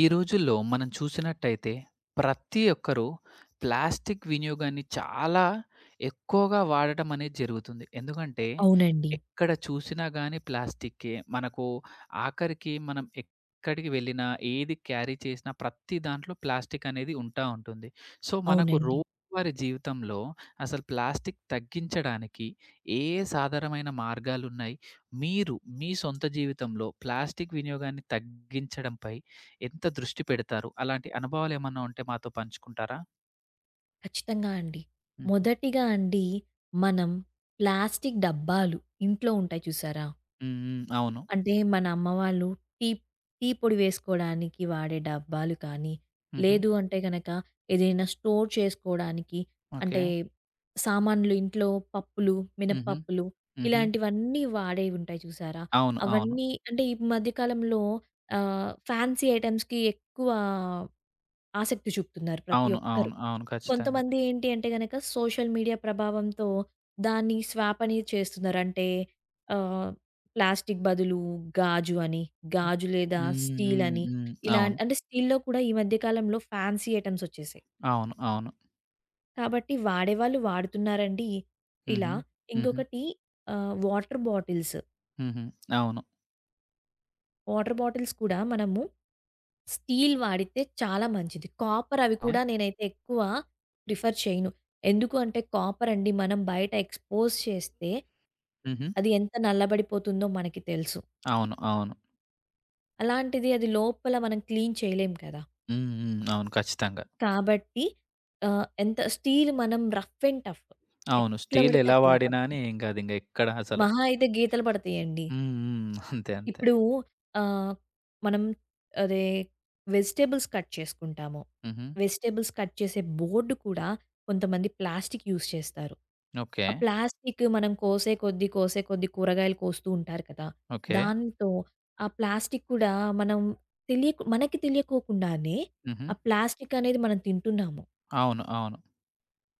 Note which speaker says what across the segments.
Speaker 1: ఈ రోజుల్లో మనం చూసినట్టయితే ప్రతి ఒక్కరూ ప్లాస్టిక్ వినియోగాన్ని చాలా ఎక్కువగా వాడటం అనేది జరుగుతుంది. ఎందుకంటే
Speaker 2: అవునండి.
Speaker 1: ఎక్కడ చూసినా గానీ ప్లాస్టిక్కే. మనకు ఆఖరికి మనం ఎక్కడికి వెళ్ళినా, ఏది క్యారీ చేసినా ప్రతి దాంట్లో ప్లాస్టిక్ అనేది ఉంటుంది. సో, మనకు
Speaker 2: అవునండి.
Speaker 1: రోజువారీ జీవితంలో అసలు ప్లాస్టిక్ తగ్గించడానికి ఏ ఏ సాధారణమైన మార్గాలున్నాయి? మీరు మీ సొంత జీవితంలో ప్లాస్టిక్ వినియోగాన్ని తగ్గించడంపై ఎంత దృష్టి పెడతారు? అలాంటి అనుభవాలేమన్నా ఉంటే మాతో పంచుకుంటారా?
Speaker 2: ఖచ్చితంగా అండి.
Speaker 1: హుహు.
Speaker 2: మొదటిగా అండి మనం ప్లాస్టిక్ డబ్బాలు ఇంట్లో ఉంటాయి చూసారా?
Speaker 1: హ్మ్. హ్మ్. అవును.
Speaker 2: అంటే మన అమ్మ వాళ్ళు టీ టీ పొడి వేసుకోవడానికి వాడే డబ్బాలు కానీ,
Speaker 1: హుహు.
Speaker 2: లేదు అంటే గనక ఏదైనా స్టోర్ చేసుకోవడానికి,
Speaker 1: ఓకే.
Speaker 2: అంటే సామాన్లు ఇంట్లో పప్పులు,
Speaker 1: హుహు.
Speaker 2: మినపప్పులు
Speaker 1: హుహు.
Speaker 2: ఇలాంటివన్నీ వాడేవి ఉంటాయి చూసారా?
Speaker 1: అవును. అవును.
Speaker 2: అవన్నీ అంటే ఈ మధ్య కాలంలో ఫ్యాన్సీ ఐటెమ్స్‌కి ఎక్కువ ఆసక్తి చూపుతున్నారు ప్రతి
Speaker 1: అవును.
Speaker 2: ఒక్కరు.
Speaker 1: అవును. అవును. ఖచ్చితంగా.
Speaker 2: కొంతమంది ఏంటి అంటే గనక సోషల్ మీడియా ప్రభావంతో దాన్ని స్వాప్ అని చేస్తున్నారు. అంటే ఆహ్, ప్లాస్టిక్ బదులు గాజు అని,
Speaker 1: హ్మ్.
Speaker 2: గాజు లేదా
Speaker 1: హ్మ్.
Speaker 2: స్టీల్
Speaker 1: హ్మ్.
Speaker 2: అని,
Speaker 1: హ్మ్.
Speaker 2: ఇలా
Speaker 1: అవును.
Speaker 2: అంటే స్టీల్‌లో కూడా ఈ మధ్య కాలంలో ఫ్యాన్సీ ఐటెమ్స్ వచ్చేసాయి.
Speaker 1: అవును. అవును.
Speaker 2: కాబట్టి వాడేవాళ్ళు వాడుతున్నారండి
Speaker 1: హుహు.
Speaker 2: ఇలా.
Speaker 1: హుహు.
Speaker 2: ఇంకొకటి వాటర్ బాటిల్స్.
Speaker 1: హుహు. అవును.
Speaker 2: వాటర్ బాటిల్స్ కూడా మనము స్టీల్ వాడితే చాలా మంచిది. కాపర్ అవి
Speaker 1: ఓకే.
Speaker 2: కూడా నేనైతే ఎక్కువ ప్రిఫర్ చేయను. ఎందుకు అంటే కాపర్ అండి మనం బయట ఎక్స్‌పోజ్ చేస్తే
Speaker 1: హుహు.
Speaker 2: అది ఎంత నల్లబడిపోతుందో మనకి తెలుసు.
Speaker 1: అవును. అవును.
Speaker 2: అలాంటిది అది లోపల మనం క్లీన్ చేయలేం కదా!
Speaker 1: హ్మ్. హ్మ్. అవును. ఖచ్చితంగా.
Speaker 2: కాబట్టి ఎంత స్టీల్ మనం రఫ్ అండ్ టఫ్
Speaker 1: అవును.
Speaker 2: ఎట్లా
Speaker 1: స్టీల్
Speaker 2: పడితే
Speaker 1: ఎలా
Speaker 2: అట్లా
Speaker 1: వాడినా
Speaker 2: వాడొచ్చు.
Speaker 1: అని ఏం కాదు ఇంగ ఎక్కడ అసలు.
Speaker 2: మహా అయితే గీతలు పడతాయండి.
Speaker 1: హ్మ్. హ్మ్. అంతే. అంతే.
Speaker 2: ఇప్పుడు ఆహ్, మనం అదే వెజిటబుల్స్ కట్ చేసుకుంటాము.
Speaker 1: హుహు.
Speaker 2: వెజిటబుల్స్ కట్ చేసే బోర్డ్ కూడా కొంతమంది ప్లాస్టిక్ యూజ్ చేస్తారు.
Speaker 1: ఓకే.
Speaker 2: ఆ ప్లాస్టిక్ మనం కోసే కొద్దీ, కోసే కొద్దీ కూరగాయలు కోస్తూ ఉంటారు కదా!
Speaker 1: ఓకే.
Speaker 2: దాంతో ఆ ప్లాస్టిక్ కూడా మనం మనకి తెలియకోకుండానే
Speaker 1: హుహు.
Speaker 2: ఆ ప్లాస్టిక్ అనేది మనం తింటున్నాము.
Speaker 1: అవును. అవును.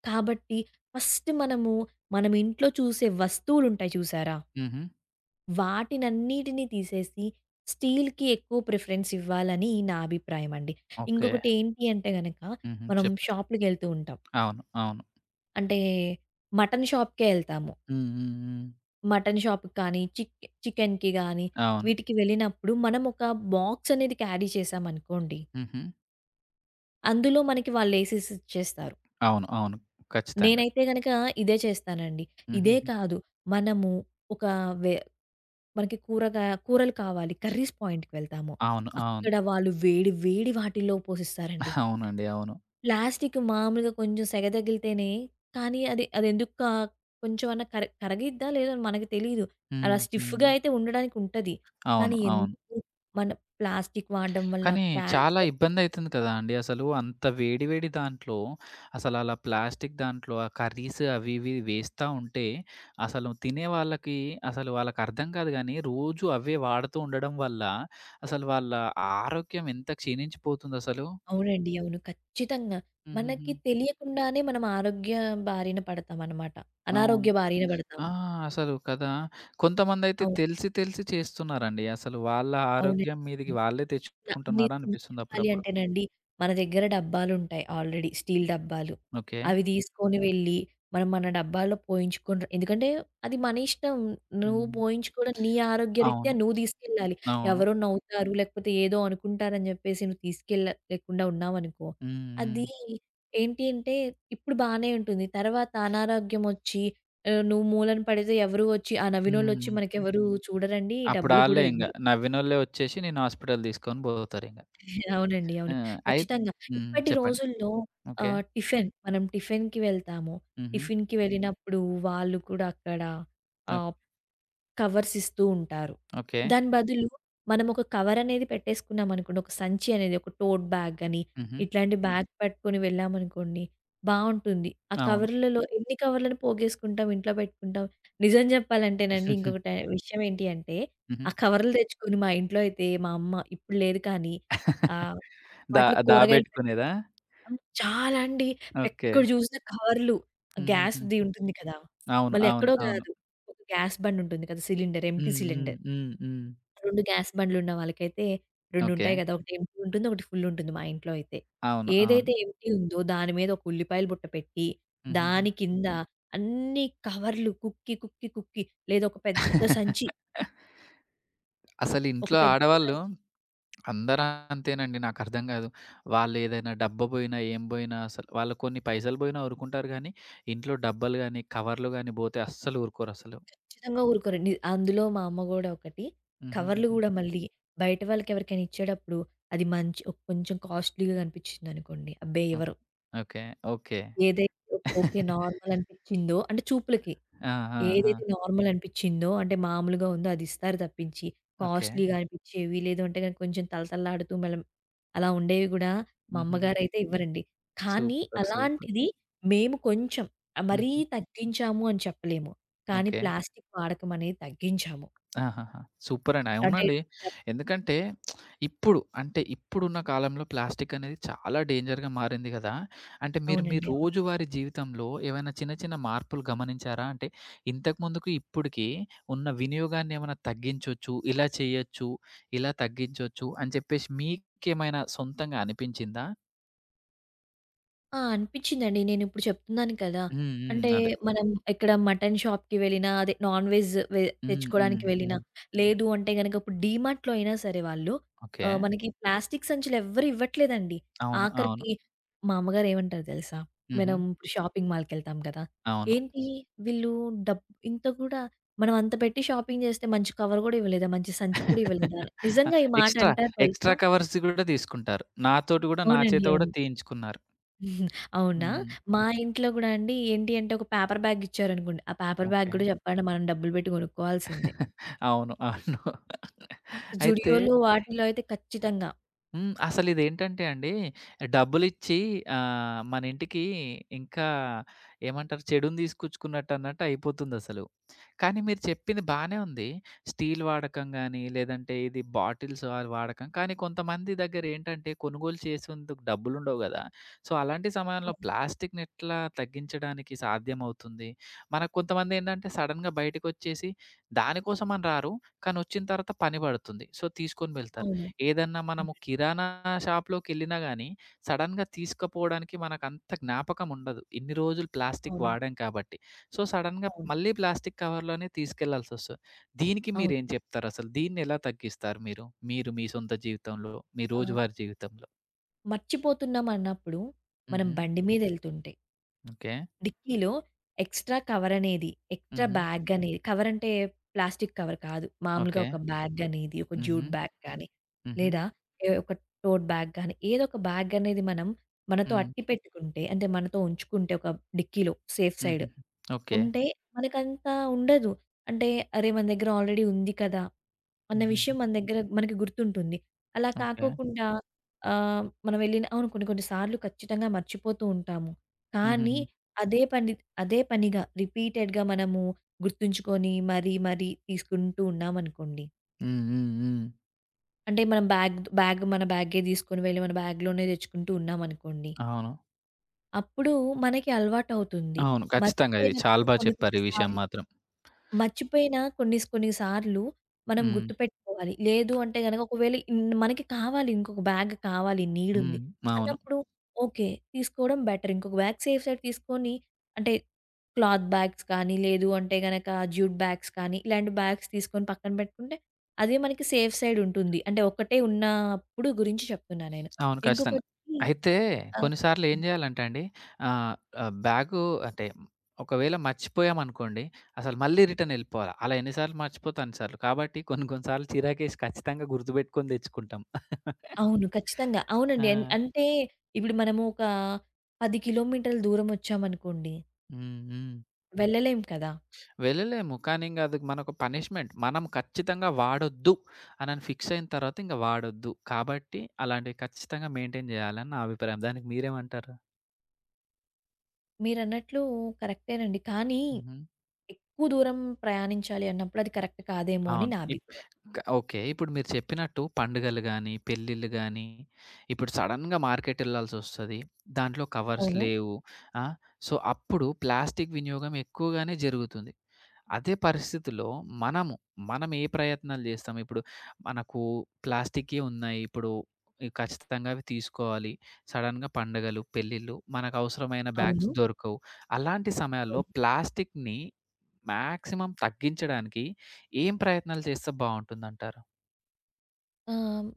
Speaker 2: కాబట్టి ఫస్ట్ మనం ఇంట్లో చూసే వస్తువులుంటాయి చూసారా?
Speaker 1: హుహు.
Speaker 2: వాటినన్నిటిని తీసేసి స్టీల్‌కి ఎక్కువ ప్రిఫరెన్స్ ఇవ్వాలని నా అభిప్రాయం అండి.
Speaker 1: ఓకే.
Speaker 2: ఇంకొకటి ఏంటి అంటే గనక
Speaker 1: హుహు.
Speaker 2: మనం
Speaker 1: చెప్పండి.
Speaker 2: షాపులకెళ్తూ ఉంటాం.
Speaker 1: అవును. అవును.
Speaker 2: అంటే మటన్ షాప్‌కే ఎళ్తాము.
Speaker 1: హ్మ్. హ్మ్. హ్మ్.
Speaker 2: మటన్ షాప్‌కి కానీ, చికెన్‌కి గానీ
Speaker 1: అవును.
Speaker 2: వీటికి వెళ్ళినప్పుడు మనం ఒక బాక్స్ అనేది క్యారీ చేశామనుకోండి.
Speaker 1: హుహు.
Speaker 2: అందులో మనకి వాళ్ళేసేసి ఇచ్చేస్తారు.
Speaker 1: అవును. అవును. ఖచ్చితంగా.
Speaker 2: నేనైతే గనక ఇదే చేస్తానండి. ఇదే
Speaker 1: హుహుహు.
Speaker 2: కాదు, మనము ఒక వె మనకి కూరలు కావాలి. కర్రీస్ పాయింట్‌కి వెళ్తాము.
Speaker 1: అవును. అవును.
Speaker 2: అక్కడ వాళ్ళు వేడి వేడి వాటిల్లో పోసిస్తారండి.
Speaker 1: అవునండి. అవును.
Speaker 2: ప్లాస్టిక్ మామూలుగా కొంచెం సెగ తగిలితేనే, కానీ అది అదెందుకు కొంచెమన్నా కరగిద్దా లేదా మనకు తెలీదు.
Speaker 1: హ్మ్.
Speaker 2: అలా
Speaker 1: హ్మ్.
Speaker 2: స్టిఫ్‌గా అయితే ఉండడానికి ఉంటది.
Speaker 1: అవును.
Speaker 2: కానీ
Speaker 1: అవును.
Speaker 2: ఎందుకు మన ప్లాస్టిక్ వాడడం వల్ల
Speaker 1: కానీ చాలా
Speaker 2: క్యాన్సర్.
Speaker 1: ఇబ్బందయితుంది కదా అండి. అసలు అంత వేడి వేడి దాంట్లో అసలలా ప్లాస్టిక్ దాంట్లో ఆ కర్రీస్ అవి ఇవి వేస్తా ఉంటే అసలు తినే వాళ్ళకి అసలు వాళ్ళకర్థం కాదు గానీ రోజు అవే వాడుతూ ఉండడం వల్ల అసలు వాళ్ళ ఆరోగ్యం ఎంత క్షీణించిపోతుందసలు.
Speaker 2: అవునండి. అవును. ఖచ్చితంగా.
Speaker 1: హుహుహు.
Speaker 2: మనకి తెలియకుండానే మనం బారిన పడతామనమాట.
Speaker 1: అవును.
Speaker 2: అనారోగ్య బారిన
Speaker 1: ఆ!
Speaker 2: పడతాము.
Speaker 1: అసలు కదా! కొంతమందైతే
Speaker 2: అవును.
Speaker 1: తెలిసి తెలిసి చేస్తున్నారండి. అసలు వాళ్ళ
Speaker 2: అవునండి.
Speaker 1: ఆరోగ్యం మీదకి
Speaker 2: న
Speaker 1: వాళ్ళే తెచ్చుకుంటున్నారా
Speaker 2: నిజం
Speaker 1: అనిపిస్తుంది
Speaker 2: చెప్పాలి
Speaker 1: అప్పుడప్పుడు.
Speaker 2: అంటేనండి, మన దగ్గర డబ్బాలుంటాయి ఆల్రెడీ స్టీల్ డబ్బాలు.
Speaker 1: ఓకే.
Speaker 2: అవి తీసుకొని వెళ్ళి, మనం మన డబ్బాలో పోయించుకొని ఎందుకంటే అది మన ఇష్టం. నువ్వు
Speaker 1: హ్మ్.
Speaker 2: పోయించుకోవడం నీ ఆరోగ్యరీత్యా
Speaker 1: అవును.
Speaker 2: నువ్వు తీసుకెళ్ళాలి.
Speaker 1: అవును.
Speaker 2: ఎవరో నవ్వుతారు, లేకపోతే ఏదో అనుకుంటారని జెప్పేసి నువ్వు తీసుకెళ్ళ లేకుండా ఉన్నావనుకో,
Speaker 1: హ్మ్. హ్మ్.
Speaker 2: అది ఏంటి అంటే ఇప్పుడు బానే ఉంటుంది. తర్వాత అనారోగ్యమొచ్చి నువ్వు మూలన పడితే ఎవరు వచ్చి ఆ నవ్వినోళ్ళొచ్చి
Speaker 1: హ్మ్.
Speaker 2: మనకెవరు చూడరండి,
Speaker 1: అప్పుడు
Speaker 2: డబ్బులు
Speaker 1: ఆళ్ళే
Speaker 2: గూడా
Speaker 1: ఇంగ
Speaker 2: ఇవ్వరు.
Speaker 1: నవ్వినోళ్ళే వచ్చేసి నిన్ను హాస్పిటల్ తీసుకొని పోతారింగ.
Speaker 2: అవునండి.
Speaker 1: ఆ!
Speaker 2: అవును.
Speaker 1: అయి
Speaker 2: ఖచ్చితంగా.
Speaker 1: హ్మ్.
Speaker 2: ఇప్పటి
Speaker 1: చెప్పండి.
Speaker 2: రోజుల్లో
Speaker 1: ఓకే.
Speaker 2: టిఫిన్ మనం టిఫిన్‌కి వెళ్తాము.
Speaker 1: హుహు.
Speaker 2: టిఫిన్‌కి వెళ్ళినప్పుడు వాళ్ళు కూడా అక్కడ
Speaker 1: ఓక్
Speaker 2: ఆహ్, కవర్స్ ఇస్తూ ఉంటారు.
Speaker 1: ఓకే.
Speaker 2: దాని బదులు మనం ఒక కవరనేది పెట్టేసుకున్నామనుకోండి, ఒక సంచి అనేది, ఒక టోట్ బ్యాగ్ అని,
Speaker 1: హుహు.
Speaker 2: ఇట్లాంటి బ్యాగ్ పట్టుకొని వెళ్ళామనుకోండి బావుంటుంది. ఆ
Speaker 1: అవును.
Speaker 2: కవర్లలో ఎన్ని కవర్లను పోగేసుకుంటాం, ఇంట్లో పెట్టుకుంటాం. నిజం చెప్పాలంటేనండి, ఇంకొకటి విషయం ఏంటి అంటే,
Speaker 1: హుహు.
Speaker 2: ఆ కవర్లు తెచ్చుకొని మా ఇంట్లో అయితే మా అమ్మ ఇప్పుడు లేదు కానీ ఆహ్,
Speaker 1: దా
Speaker 2: వాటిలో కూరగాయలు పెట్టడం,
Speaker 1: దాబెట్టుకునేదా?
Speaker 2: హ్మ్, చాలా అండి.
Speaker 1: ఓకే.
Speaker 2: ఎక్కడ జూసినా కార్‌లు.
Speaker 1: హుహుహుహు.
Speaker 2: గ్యాస్‌ది ఉంటుంది కదా!
Speaker 1: అవును.
Speaker 2: మళ్ళీ
Speaker 1: అవును.
Speaker 2: ఎక్కడో
Speaker 1: అవును.
Speaker 2: గాదు. ఒక గ్యాస్ బండ్ ఉంటుంది కదా! సిలిండర్, ఎంప్టీ
Speaker 1: హ్మ్. హ్మ్.
Speaker 2: సిలిండర్.
Speaker 1: హ్మ్. హ్మ్.
Speaker 2: 2 గ్యాస్ బండ్లున్న వాళ్ళకైతే 2
Speaker 1: ఓకే.
Speaker 2: ఉంటాయి గదా! ఒకటి ఎంప్టీ ఉంటుంది. ఒకటి ఫుల్ ఉంటుంది మా ఇంట్లో అయితే.
Speaker 1: అవును. అవును.
Speaker 2: ఏదైతే ఎంప్టీ ఉందో దాని మీద ఒక ఉల్లిపాయల బుట్ట పెట్టి,
Speaker 1: హుహుహు.
Speaker 2: దాని కింద అన్ని కవర్లు కుక్కి, కుక్కి, కుక్కి, లేదా
Speaker 1: అసలు
Speaker 2: ఒక
Speaker 1: ఇంట్లో
Speaker 2: పెద్ద
Speaker 1: ఆడవాళ్ళు
Speaker 2: సంచి.
Speaker 1: అందరూ అంతేనండి నాకర్థం గాదు. వాళ్ళేదైనా డబ్బు బోయినా, ఏం బోయినా అసలు వాళ్ళు కొన్ని పైసలు బోయినా ఊరుకుంటారు గానీ, ఇంట్లో డబ్బలు గానీ, కవర్లు గానీ బోతే అస్సలు ఊరుకోరసలు.
Speaker 2: ఖచ్చితంగా ఊరుకోరండి. అందులో మా అమ్మ గూడా ఒకటి. కవర్లు
Speaker 1: హుహుహు.
Speaker 2: గూడా మళ్ళీ బయట వాళ్ళకి ఎవరికైనా ఇచ్చేటప్పుడు అది మంచి ఒక కొంచెం కాస్ట్‌లీ‌గా కనిపించిందనుకోండి, అబ్బే!
Speaker 1: ఓహ్!
Speaker 2: ఎవరు
Speaker 1: ఓకే. ఓకే.
Speaker 2: ఏదైతే ఓకే, నార్మల్ అనిపిచ్చిందో అంటే చూపులకి,
Speaker 1: ఆ! ఆ! ఆ!
Speaker 2: ఏదైతే నార్మల్ అనిపిచ్చిందో అంటే మామూలుగా ఉందో అది ఇస్తారు తప్పించి,
Speaker 1: ఓకే.
Speaker 2: కాస్ట్‌లీగా అనిపిచ్చేవి లేదు అంటే గనుక కొంచెం తళతళలాడుతూ అలా ఉండేవి గూడా మా
Speaker 1: హుహుహు.
Speaker 2: అమ్మగారైతే ఇవ్వరండి. కానీ
Speaker 1: సూపర్. సూపర్.
Speaker 2: అలాంటిది మేము కొంచెం మరీ
Speaker 1: హుహు.
Speaker 2: తగ్గించాము అని చెప్పలేము. కానీ
Speaker 1: ఓకే.
Speaker 2: ప్లాస్టిక్ వాడకం అనేది తగ్గించాము.
Speaker 1: ఆహాహా! సూపరండి.
Speaker 2: అంటే
Speaker 1: అవునండి.
Speaker 2: డబ్
Speaker 1: ఎందుకంటే ఇప్పుడు ఇప్పుడున్న కాలంలో ప్లాస్టిక్ అనేది చాలా డేంజర్‌గా మారింది గదా! అంటే మీరు మీ
Speaker 2: అవునండి. అవును.
Speaker 1: రోజువారీ జీవితంలో ఏవైనా చిన్న చిన్న మార్పులు గమనించారా? అంటే ఇంతకుముందుకు ఇప్పటికి ఉన్న వినియోగాన్ని ఏమైనా తగ్గించొచ్చు, ఇలా చేయొచ్చు, ఇలా తగ్గించొచ్చు అని చెప్పేసి మీకేమైనా సొంతంగా అనిపించిందా?
Speaker 2: ఆ! అనిపించిందండి. నేనిప్పుడు చెప్తున్నాను కదా!
Speaker 1: హ్మ్. హ్మ్.
Speaker 2: అంటే
Speaker 1: అదే.
Speaker 2: హ్మ్. మనం ఎక్కడ మటన్ షాప్‌కి వెళ్ళినా, అదే నాన్ వెజ్ వె
Speaker 1: హ్మ్. హ్మ్.
Speaker 2: తెచ్చుకోవడానికి వెళ్ళినా,
Speaker 1: హ్మ్.
Speaker 2: లేదు అంటే గనక ఇప్పుడు డీమార్ట్‌లో అయినా సరే వాళ్ళు
Speaker 1: ఓకే.
Speaker 2: మనకి ప్లాస్టిక్ సంచులు ఎవ్వరు ఇవ్వట్లేదండి.
Speaker 1: అవును. అవును.
Speaker 2: ఆఖరికి మా అమ్మగారు ఏమంటారో తెలుసా?
Speaker 1: హుహు.
Speaker 2: మనం ఇప్పుడు షాపింగ్ మాల్‌కెళ్తాం కదా!
Speaker 1: అవును.
Speaker 2: ఏంటి వీళ్ళు డబ్ ఇంత కూడా మనం అంత పెట్టి షాపింగ్ చేస్తే మంచి కవర్ కూడా ఇవ్వలేదా? మంచి సంచి కూడా ఇవ్వలేదా? నిజంగా ఈ మాట
Speaker 1: ఎక్స్‌ట్రా,
Speaker 2: అంటారు తెలుసా?
Speaker 1: ఎక్స్‌ట్రా కవర్స్ గూడా తీసుకుంటారు. నాతోటి గూడా నా చేత
Speaker 2: అవునండి.
Speaker 1: గూడా
Speaker 2: అవును.
Speaker 1: తీయించుకున్నారు.
Speaker 2: అవునా?
Speaker 1: హ్మ్.
Speaker 2: మా ఇంట్లో గూడా అండి, ఏంటి అంటే ఒక పేపర్ బ్యాగ్ ఇచ్చారనుకోండి. ఆ పేపర్ బ్యాగ్
Speaker 1: ఓకే.
Speaker 2: గూడా చెప్పండి మనం డబ్బులు పెట్టి కొనుక్కోవాల్సిందే.
Speaker 1: అవును. అవును. అయితే
Speaker 2: జుడియోలో వాటిలో అయితే ఖచ్చితంగా.
Speaker 1: హ్మ్. అసలిదేంటంటే అండి, డబ్బులిచ్చి మన ఇంటికి ఇంకా ఏమంటారు? చెడుని తీసుకొచ్చుకున్నట్టన్నట్టు అయిపోతుందసలు. కానీ మీరు చెప్పింది బానే ఉంది. స్టీల్ వాడకం గాని, లేదంటే ఇది బాటిల్స్ అవి వాడకం. కానీ కొంతమంది దగ్గరేంటంటే, కొనుగోలు చేసేందుకు డబ్బులుండవు గదా! సో, అలాంటి సమయంలో
Speaker 2: అవును.
Speaker 1: ప్లాస్టిక్‌ని ఎట్లా తగ్గించడానికి సాధ్యమవుతుంది? మనకు కొంతమందేంటంటే, సడెన్‌గా బయటికొచ్చేసి దానికోసం అని రారు, కానీ వచ్చిన తర్వాత పని పడుతుంది. సో, తీసుకొని వెళ్తారు.
Speaker 2: అవును.
Speaker 1: ఏదన్నా మనము
Speaker 2: అవును.
Speaker 1: కిరాణా షాప్‌లోకెళ్ళినా గాని, సడెన్‌గా తీసుకపోవడానికి మనకంత జ్ఞాపకం ఉండదు. ఇన్ని రోజులు ప్లాస్టిక్
Speaker 2: అవును.
Speaker 1: వాడాం కాబట్టి. సో, సడెన్‌గా
Speaker 2: అవును.
Speaker 1: మళ్ళీ ప్లాస్టిక్ కవర్‌లోనే తీసుకెళ్ళాల్సొస్తది. దీనికి
Speaker 2: అవును.
Speaker 1: మీరేం చెప్తారసలు? దీన్నెలా తగ్గిస్తారు మీరు? మీరు మీ సొంత జీవితంలో, మీ
Speaker 2: ఆ!
Speaker 1: రోజువారీ జీవితంలో?
Speaker 2: మర్చిపోతున్నామన్నప్పుడు మనం
Speaker 1: హుహు.
Speaker 2: బండి మీదెళ్తుంటే
Speaker 1: ఓకే.
Speaker 2: డిక్కీలో ఎక్స్‌ట్రా కవరనేది, ఎక్స్‌ట్రా
Speaker 1: హుహు.
Speaker 2: బ్యాగనేది, కవరంటే ప్లాస్టిక్ కవర్ కాదు, మామూలుగా
Speaker 1: ఓకే.
Speaker 2: ఒక బ్యాగనేది, ఒక
Speaker 1: హుహు.
Speaker 2: జ్యూట్ బ్యాగ్ కానీ,
Speaker 1: హుహు.
Speaker 2: లేదా ఏ ఒక టోట్ బ్యాగ్ గానీ, ఏదో ఒక బ్యాగనేది మనం మనతో
Speaker 1: హ్మ్.
Speaker 2: అట్టి పెట్టుకుంటే, అంటే మనతో ఉంచుకుంటే ఒక డిక్కీలో సేఫ్ సైడ్
Speaker 1: హుహుహు. ఓకే.
Speaker 2: ఉంటే, మనకంత ఉండదు. అంటే అరే! మన దగ్గర ఆల్రెడీ ఉంది కదా! అన్న
Speaker 1: హుహుహు.
Speaker 2: విషయం మన దగ్గర మనకి గుర్తుంటుంది. అలా
Speaker 1: ఓకే.
Speaker 2: కాకోకుండా మనం వెళ్ళిన అవును కొన్ని కొన్ని సార్లు ఖచ్చితంగా మర్చిపోతూ ఉంటాము. కానీ
Speaker 1: హుహుహు.
Speaker 2: అదే పని అదే పనిగా రిపీటెడ్‌గా మనము గుర్తుంచుకొని మరీ మరీ తీసుకుంటూ ఉన్నామనుకోండి.
Speaker 1: హ్మ్. హ్మ్. హ్మ్.
Speaker 2: అంటే మనం బ్యాగ్ బ్యాగ్ మన బ్యాగే తీసుకొని వెళ్ళి మన బ్యాగ్‌లోనే తెచ్చుకుంటూ ఉన్నామనుకోండి.
Speaker 1: అవును.
Speaker 2: అప్పుడు మనకి అలవాటవుతుంది.
Speaker 1: అవును. ఖచ్చితంగా ఇది చాలా
Speaker 2: మర్చిపోయినప్పుడు
Speaker 1: బా
Speaker 2: కొన్ని కొన్ని
Speaker 1: చెప్పారు ఈ విషయం
Speaker 2: సార్లు,
Speaker 1: మాత్రం.
Speaker 2: మర్చిపోయిన కొన్ని స్ కొన్ని సార్లు మనం
Speaker 1: హ్మ్.
Speaker 2: గుర్తుపెట్టుకోవాలి. లేదు అంటే గనక ఒకవేళ మనకి కావాలి, ఇంకొక బ్యాగ్ కావాలి,
Speaker 1: హ్మ్.
Speaker 2: నీడుంది
Speaker 1: అవును.
Speaker 2: అన్నప్పుడు ఓకే. తీసుకోవడం బెటర్. ఇంకొక బ్యాగ్ సేఫ్ సైడ్ తీసుకొని, అంటే క్లాత్ బ్యాగ్స్ కానీ, లేదు అంటే గనక జ్యూట్ బ్యాగ్స్ కానీ, ఇలాంటి బ్యాగ్స్ తీసుకొని పక్కన పెట్టుకుంటే అదే మనకి సేఫ్ సైడ్ ఉంటుంది. అంటే ఒకటే ఉన్నప్పుడు గురించి చెప్తున్నా నేను.
Speaker 1: అవును. ఖచ్చితంగా.
Speaker 2: ఇంకొకటి
Speaker 1: అయితే
Speaker 2: ఆహ్
Speaker 1: కొన్నిసార్లు ఏం జేయాలంటే అండి ఆహ్, ఆహ్, బ్యాగు అంటే ఒకవేళ మర్చిపోయామనుకోండి, అసలు మళ్ళీ రిటర్న్ ఎళ్ళిపోవాలి. అలా ఎన్ని సార్లు మర్చిపోతే అన్ని సార్లు. కాబట్టి కొన్ని కొన్ని సార్లు చిరాకేసి ఖచ్చితంగా గుర్తుపెట్టుకొని తెచ్చుకుంటాం.
Speaker 2: అవును. ఖచ్చితంగా.
Speaker 1: ఆ!
Speaker 2: అవునండి. అంటే ఇప్పుడు మనము ఒక 10 కిలోమీటర్ల దూరం వచ్చామనుకోండి,
Speaker 1: హ్మ్. హ్మ్.
Speaker 2: వెళ్ళలేం కదా!
Speaker 1: వెళ్ళలేము. కానీ ఇంగ అది మనకు పనిష్మెంట్. మనం ఖచ్చితంగా వాడొద్దు అనని ఫిక్స్ అయిన తర్వాత ఇంక వాడొద్దు. కాబట్టి అలాంటివి ఖచ్చితంగా మెయింటైన్ జేయాలని నా అభిప్రాయం. దానికి మీరేమంటారు?
Speaker 2: మీరన్నట్లు కరెక్టేనండి. కానీ
Speaker 1: హుహు.
Speaker 2: ఎక్కువ దూరం ప్రయాణించాలి అన్నప్పుడు అది కరెక్ట్ కాదేమో అని
Speaker 1: అవును.
Speaker 2: నా
Speaker 1: ఇప్
Speaker 2: అభిప్రాయం.
Speaker 1: క ఓకే. ఇప్పుడు మీరు చెప్పినట్టు పండుగలు గానీ, పెళ్ళిళ్ళు గానీ, ఇప్పుడు సడెన్‌గా మార్కెటెళ్ళాల్సొస్తది. దాంట్లో కవర్స్
Speaker 2: అవును.
Speaker 1: లేవు. ఆ! సో, అప్పుడు ప్లాస్టిక్ వినియోగం ఎక్కువగానే జరుగుతుంది. అదే పరిస్థితిలో మనము, మనం ఏ ప్రయత్నాలు జేస్తాం? ఇప్పుడు మనకు ప్లాస్టిక్‌యే ఉన్నాయి. ఇప్పుడు ఖచ్చితంగా అవి తీసుకోవాలి. సడెన్‌గా పండుగలు, పెళ్ళిళ్ళు మనకవసరమైన బ్యాగ్స్
Speaker 2: అవును.
Speaker 1: దొరకవు. అలాంటి సమయాల్లో
Speaker 2: అవును.
Speaker 1: ప్లాస్టిక్‌ని మాక్సిమం తగ్గించడానికి ఏం ప్రయత్నాలు చేస్తే బావుంటుందంటారు?
Speaker 2: ఆహ్,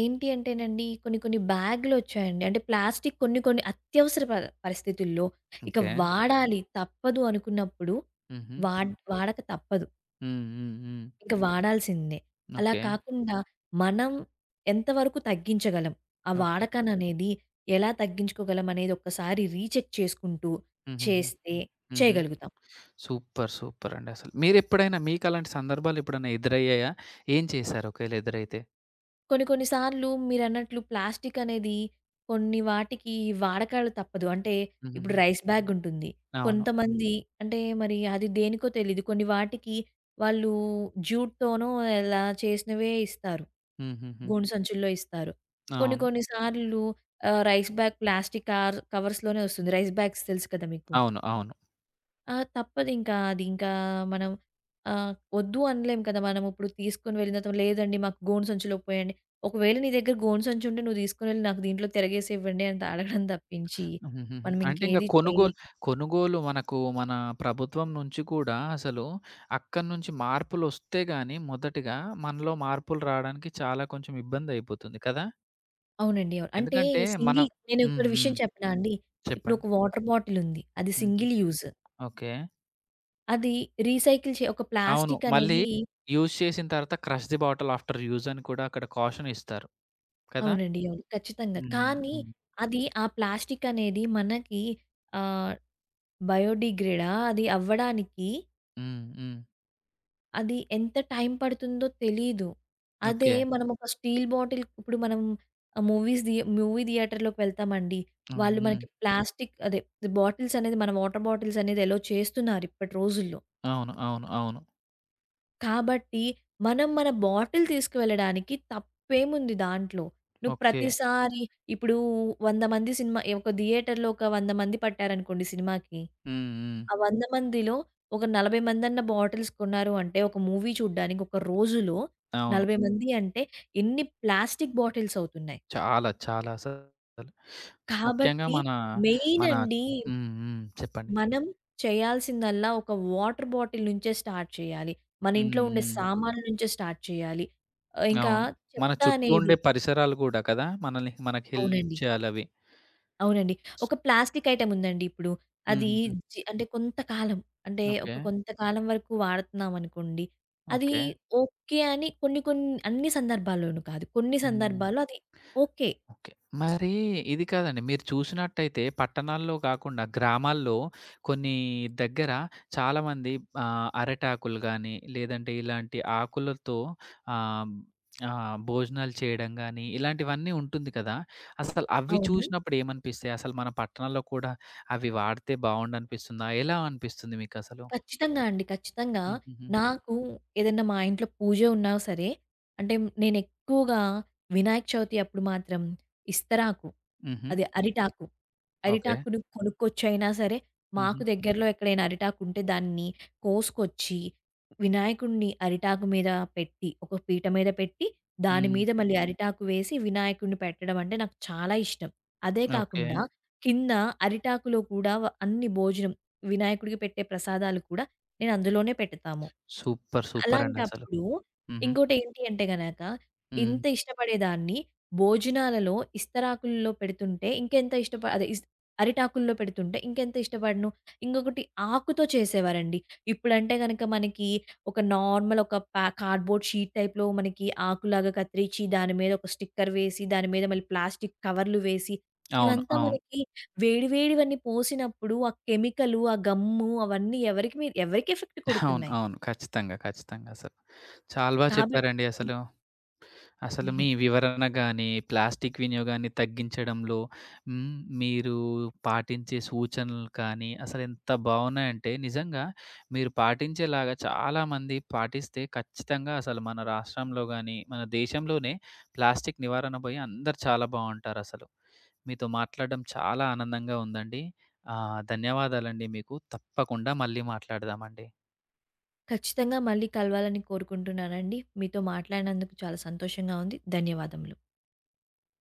Speaker 2: ఏంటి అంటేనండి, కొన్ని కొన్ని బ్యాగులొచ్చాయండి. అంటే ప్లాస్టిక్ కొన్ని కొన్ని అత్యవసర పరిస్థితుల్లో ఇక
Speaker 1: ఓకే.
Speaker 2: వాడాలి తప్పదు అనుకున్నప్పుడు
Speaker 1: హుహు.
Speaker 2: వాడక తప్పదు.
Speaker 1: హ్మ్. హ్మ్. హ్మ్.
Speaker 2: ఇంక వాడాల్సిందే. అలా
Speaker 1: ఓకే.
Speaker 2: కాకుండా మనం ఎంతవరకు తగ్గించగలం? ఆ
Speaker 1: ఓకే.
Speaker 2: వాడకాననేది ఎలా తగ్గించుకోగలం అనేది ఒక్కసారి రీచెక్ చేసుకుంటూ
Speaker 1: హుహుహు.
Speaker 2: చేస్తే
Speaker 1: హుహు.
Speaker 2: చేయగలుగుతాం.
Speaker 1: సూపర్. సూపర్ అండి అసలు. మీరెప్పుడైనా మీకలాంటి సందర్భాలు ఎప్పుడైనా ఎదురయ్యాయా? ఏం చేశారు ఒకవేళ ఎదురైతే?
Speaker 2: కొన్ని కొన్ని సార్లు మీరన్నట్లు ప్లాస్టిక్ అనేది కొన్ని వాటికి వాడకాలు తప్పదు. అంటే ఇప్పుడు
Speaker 1: హుహుహు.
Speaker 2: రైస్ బ్యాగ్ ఉంటుంది.
Speaker 1: అవును.
Speaker 2: కొంతమంది, అంటే మరి అది దేనికో తెలీదు, కొన్ని వాటికి వాళ్ళు జ్యూట్‌తోనో ఎలా చేసినవే ఇస్తారు.
Speaker 1: హుహుహు.
Speaker 2: గోను సంచుల్లో ఇస్తారు. కొన్ని
Speaker 1: అవును.
Speaker 2: కొన్ని సార్లు రైస్ బ్యాగ్ ప్లాస్టిక్ కార్ కవర్స్‌లోనే వస్తుంది. రైస్ బ్యాగ్స్ తెలుసు కదా మీకు?
Speaker 1: అవును. అవును.
Speaker 2: ఆ! తప్పదింకా. అది ఇంకా మనం వద్దు అనలేం కదా! మనం ఇప్పుడు తీసుకొని వెళ్ళిన తర్వాత, లేదండి మాకు గోను సంచిలో పోయండి, ఒకవేళ నీ దగ్గర గోను సంచి ఉంటే నువ్వు తీసుకొని వెళ్లి నాకు దీంట్లో తిరగేసి ఇవ్వండి అని అడగడం తప్పించి,
Speaker 1: హుహుహు.
Speaker 2: మనం
Speaker 1: అంటే ఇంక
Speaker 2: ఇంకేది
Speaker 1: కొనుగోలు,
Speaker 2: చేయలేం.
Speaker 1: కొనుగోలు మనకు మన ప్రభుత్వం నుంచి కూడా అసలు అక్కడి నుంచి మార్పులొస్తే గాని మొదటిగా మనలో మార్పులు రాడానికి చాలా కొంచెం ఇబ్బందయిపోతుంది కదా!
Speaker 2: అవునండి. అవును. అంటే
Speaker 1: ఎందుకంటే మనం
Speaker 2: నేను
Speaker 1: హ్మ్.
Speaker 2: ఒక
Speaker 1: హ్మ్.
Speaker 2: విషయం చెప్పనా అండి? ఇప్పుడు
Speaker 1: చెప్పండి.
Speaker 2: ఒక వాటర్ బాటిల్ ఉంది. అది
Speaker 1: హుహు.
Speaker 2: Single use.
Speaker 1: ఓకే.
Speaker 2: అది రీసైకిల్ చే ఒక
Speaker 1: అవును.
Speaker 2: ప్లాస్టిక్
Speaker 1: మళ్ళీ
Speaker 2: అనేది
Speaker 1: యూజ్ చేసిన తర్వాత crush the bottle after use అని కూడా అక్కడ కాషన్ ఇస్తారు కదా!
Speaker 2: అవునండి. అవును. ఖచ్చితంగా.
Speaker 1: హ్మ్.
Speaker 2: కానీ
Speaker 1: హ్మ్.
Speaker 2: అది ఆ ప్లాస్టిక్ అనేది మనకి ఆహ్, అది అవ్వడానికి
Speaker 1: హ్మ్. హ్మ్.
Speaker 2: అది ఎంత టైం పడుతుందో తెలీదు. అదే
Speaker 1: ఓకే.
Speaker 2: మనం ఒక స్టీల్ బాటిల్ ఇప్పుడు మనం మూవీ థియేటర్‌లోకి వెళ్తామండి.
Speaker 1: హ్మ్.
Speaker 2: వాళ్ళు
Speaker 1: హ్మ్.
Speaker 2: మనకి ప్లాస్టిక్ అదే బాటిల్స్ అనేది, మన వాటర్ బాటిల్స్ అనేది ఎలో చేస్తున్నారు ఇప్పటి రోజుల్లో.
Speaker 1: అవును. అవును. అవును.
Speaker 2: కాబట్టి మనం మన బాటిల్ తీసుకువెళ్ళడానికి తప్పేముంది దాంట్లో? నువ్వు
Speaker 1: ఓకే.
Speaker 2: ప్రతిసారి ఇప్పుడు 100 మంది సినిమా ఒక థియేటర్‌లో ఒక 100 మంది పట్టారనుకోండి సినిమాకి.
Speaker 1: హ్మ్. హ్మ్.
Speaker 2: ఆ 100 మందిలో ఒక 40 మందన్న బాటిల్స్ కొన్నారు అంటే, ఒక మూవీ చూడ్డానికి ఒక రోజులో
Speaker 1: అవును.
Speaker 2: 40 మంది అంటే ఎన్ని ప్లాస్టిక్ బాటిల్స్ అవుతున్నాయి.
Speaker 1: చాలా. చాలా అసలు. ముఖ్యంగా
Speaker 2: కాబట్టి
Speaker 1: మన
Speaker 2: మెయిన్
Speaker 1: మన
Speaker 2: అండి,
Speaker 1: హ్మ్. హ్మ్. చెప్పండి.
Speaker 2: మనం చేయాల్సిందల్లా ఒక వాటర్ బాటిల్ నుంచే స్టార్ట్ చేయాలి. మన
Speaker 1: హ్మ్.
Speaker 2: ఇంట్లో ఉండే
Speaker 1: హ్మ్.
Speaker 2: సామాన్ల నుంచే స్టార్ట్ చేయాలి. ఇంకా
Speaker 1: అవును. మన
Speaker 2: చెత్త
Speaker 1: చుట్టూ ఉండే
Speaker 2: అనేది
Speaker 1: పరిసరాలు గూడా కదా! మనల్ని మనకి హెల్ప్
Speaker 2: అవునండి.
Speaker 1: చేయాలవి.
Speaker 2: అవునండి. ఒక ప్లాస్టిక్ ఐటెమ్ ఉందండి ఇప్పుడు. అది
Speaker 1: హుహుహు.
Speaker 2: అంటే కొంతకాలం, అంటే
Speaker 1: ఓకే.
Speaker 2: ఒక కొంతకాలం వరకు వాడుతున్నామనుకోండి. అది
Speaker 1: ఓకే.
Speaker 2: ఓకే అని కొన్ని కొన్ని అన్ని సందర్భాల్లోనూ కాదు. కొన్ని
Speaker 1: హ్మ్.
Speaker 2: సందర్భాల్లో అది ఓకే.
Speaker 1: ఓకే. మరి ఇది కాదండి. మీరు చూసినట్టయితే పట్టణాల్లో గాకుండా గ్రామాల్లో కొన్ని దగ్గర చాలామంది అరటాకులు గానీ, లేదంటే ఇలాంటి ఆకులతో ఆహ్, ఆహ్, భోజనాలు చేయడం గానీ, ఇలాంటివన్నీ ఉంటుంది కదా! అసలు అవి
Speaker 2: అవును.
Speaker 1: చూసినప్పుడు ఏమనిపిస్తాయి? అసలు మన పట్టణాల్లో కూడా అవి వాడితే బావుండనిపిస్తుందా? ఎలా అనిపిస్తుంది మీకసలు?
Speaker 2: ఖచ్చితంగా అండి. ఖచ్చితంగా.
Speaker 1: హుహుహు.
Speaker 2: నాకు ఏదన్నా మా ఇంట్లో పూజ ఉన్నా సరే, అంటే నేనెక్కువగా వినాయక చవితి అప్పుడు మాత్రం ఇస్తరాకు,
Speaker 1: హుహు.
Speaker 2: అది అరిటాకు,
Speaker 1: ఓకే.
Speaker 2: అరిటాకుని కొనుక్కొచ్చైనా సరే,
Speaker 1: హుహు.
Speaker 2: మాకు దగ్గరలో ఎక్కడైనా అరిటాకుంటే దాన్ని కోసుకొచ్చి, వినాయకుడిని అరిటాకు మీద పెట్టి, ఒక పీట మీద పెట్టి, దాని
Speaker 1: హ్మ్.
Speaker 2: మీద మళ్ళీ అరిటాకు వేసి వినాయకుడిని పెట్టడం అంటే నాకు చాలా ఇష్టం. అదే
Speaker 1: ఓకే.
Speaker 2: కాకుండా హ్మ్, కింద అరిటాకులో కూడా అన్ని భోజనం వినాయకుడికి పెట్టే ప్రసాదాలు కూడా నేను అందులోనే పెడతాము.
Speaker 1: సూపర్. సూపరండసలు.
Speaker 2: అలాంటప్పుడు
Speaker 1: హుహు.
Speaker 2: ఇంకోటేంటి అంటే గనక,
Speaker 1: హ్మ్.
Speaker 2: ఇంత ఇష్టపడేదాన్ని భోజనాలలో ఇస్తరాకుల్లో పెడుతుంటే ఇంకెంత ఇష్టప అదే ఇస్ అరిటాకుల్లో పెడుతుంటే ఇంకెంత ఇష్టపడను. ఇంకొకటి ఆకుతో చేసేవారండి. ఇప్పుడంటే గనక మనకి ఒక నార్మల్ ఒక పా కార్డ్‌బోర్డ్ షీట్ టైప్‌లో మనకి ఆకులాగా కత్తిరించి దాని మీద ఒక స్టిక్కర్ వేసి, దాని మీద మళ్ళీ ప్లాస్టిక్ కవర్లు వేసి,
Speaker 1: అవును.
Speaker 2: ఇవంతా
Speaker 1: అవును.
Speaker 2: మనకి వేడి వేడివన్నీ పోసినప్పుడు ఆ కెమికలు, ఆ గమ్ము అవన్నీ ఎవరికి ఎఫెక్ట్
Speaker 1: అవును.
Speaker 2: కొడుతున్నాయి.
Speaker 1: అవును. ఖచ్చితంగా. ఖచ్చితంగా అసలు. చాలా బా
Speaker 2: కాబట్టి
Speaker 1: చెప్పారండి అసలు. అసలు మీ
Speaker 2: హ్మ్.
Speaker 1: వివరణ గాని, ప్లాస్టిక్ వినియోగాన్ని తగ్గించడంలో హ్మ్, మీరు పాటించే సూచనలు కానీ, అసలెంత బావున్నాయంటే నిజంగా మీరు పాటించేలాగా చాలామంది పాటిస్తే ఖచ్చితంగా అసలు మన రాష్ట్రంలో గాని, మన దేశంలోనే ప్లాస్టిక్ నివారణ పోయి అందరూ చాలా బావుంటారసలు. మీతో మాట్లాడడం చాలా ఆనందంగా ఉందండి. ధన్యవాదాలండి మీకు. తప్పకుండా మళ్ళీ మాట్లాడదామండి.
Speaker 2: ఖచ్చితంగా మళ్ళీ కలవాలని కోరుకుంటున్నానండి. మీతో మాట్లాడినందుకు చాలా సంతోషంగా ఉంది. ధన్యవాదములు.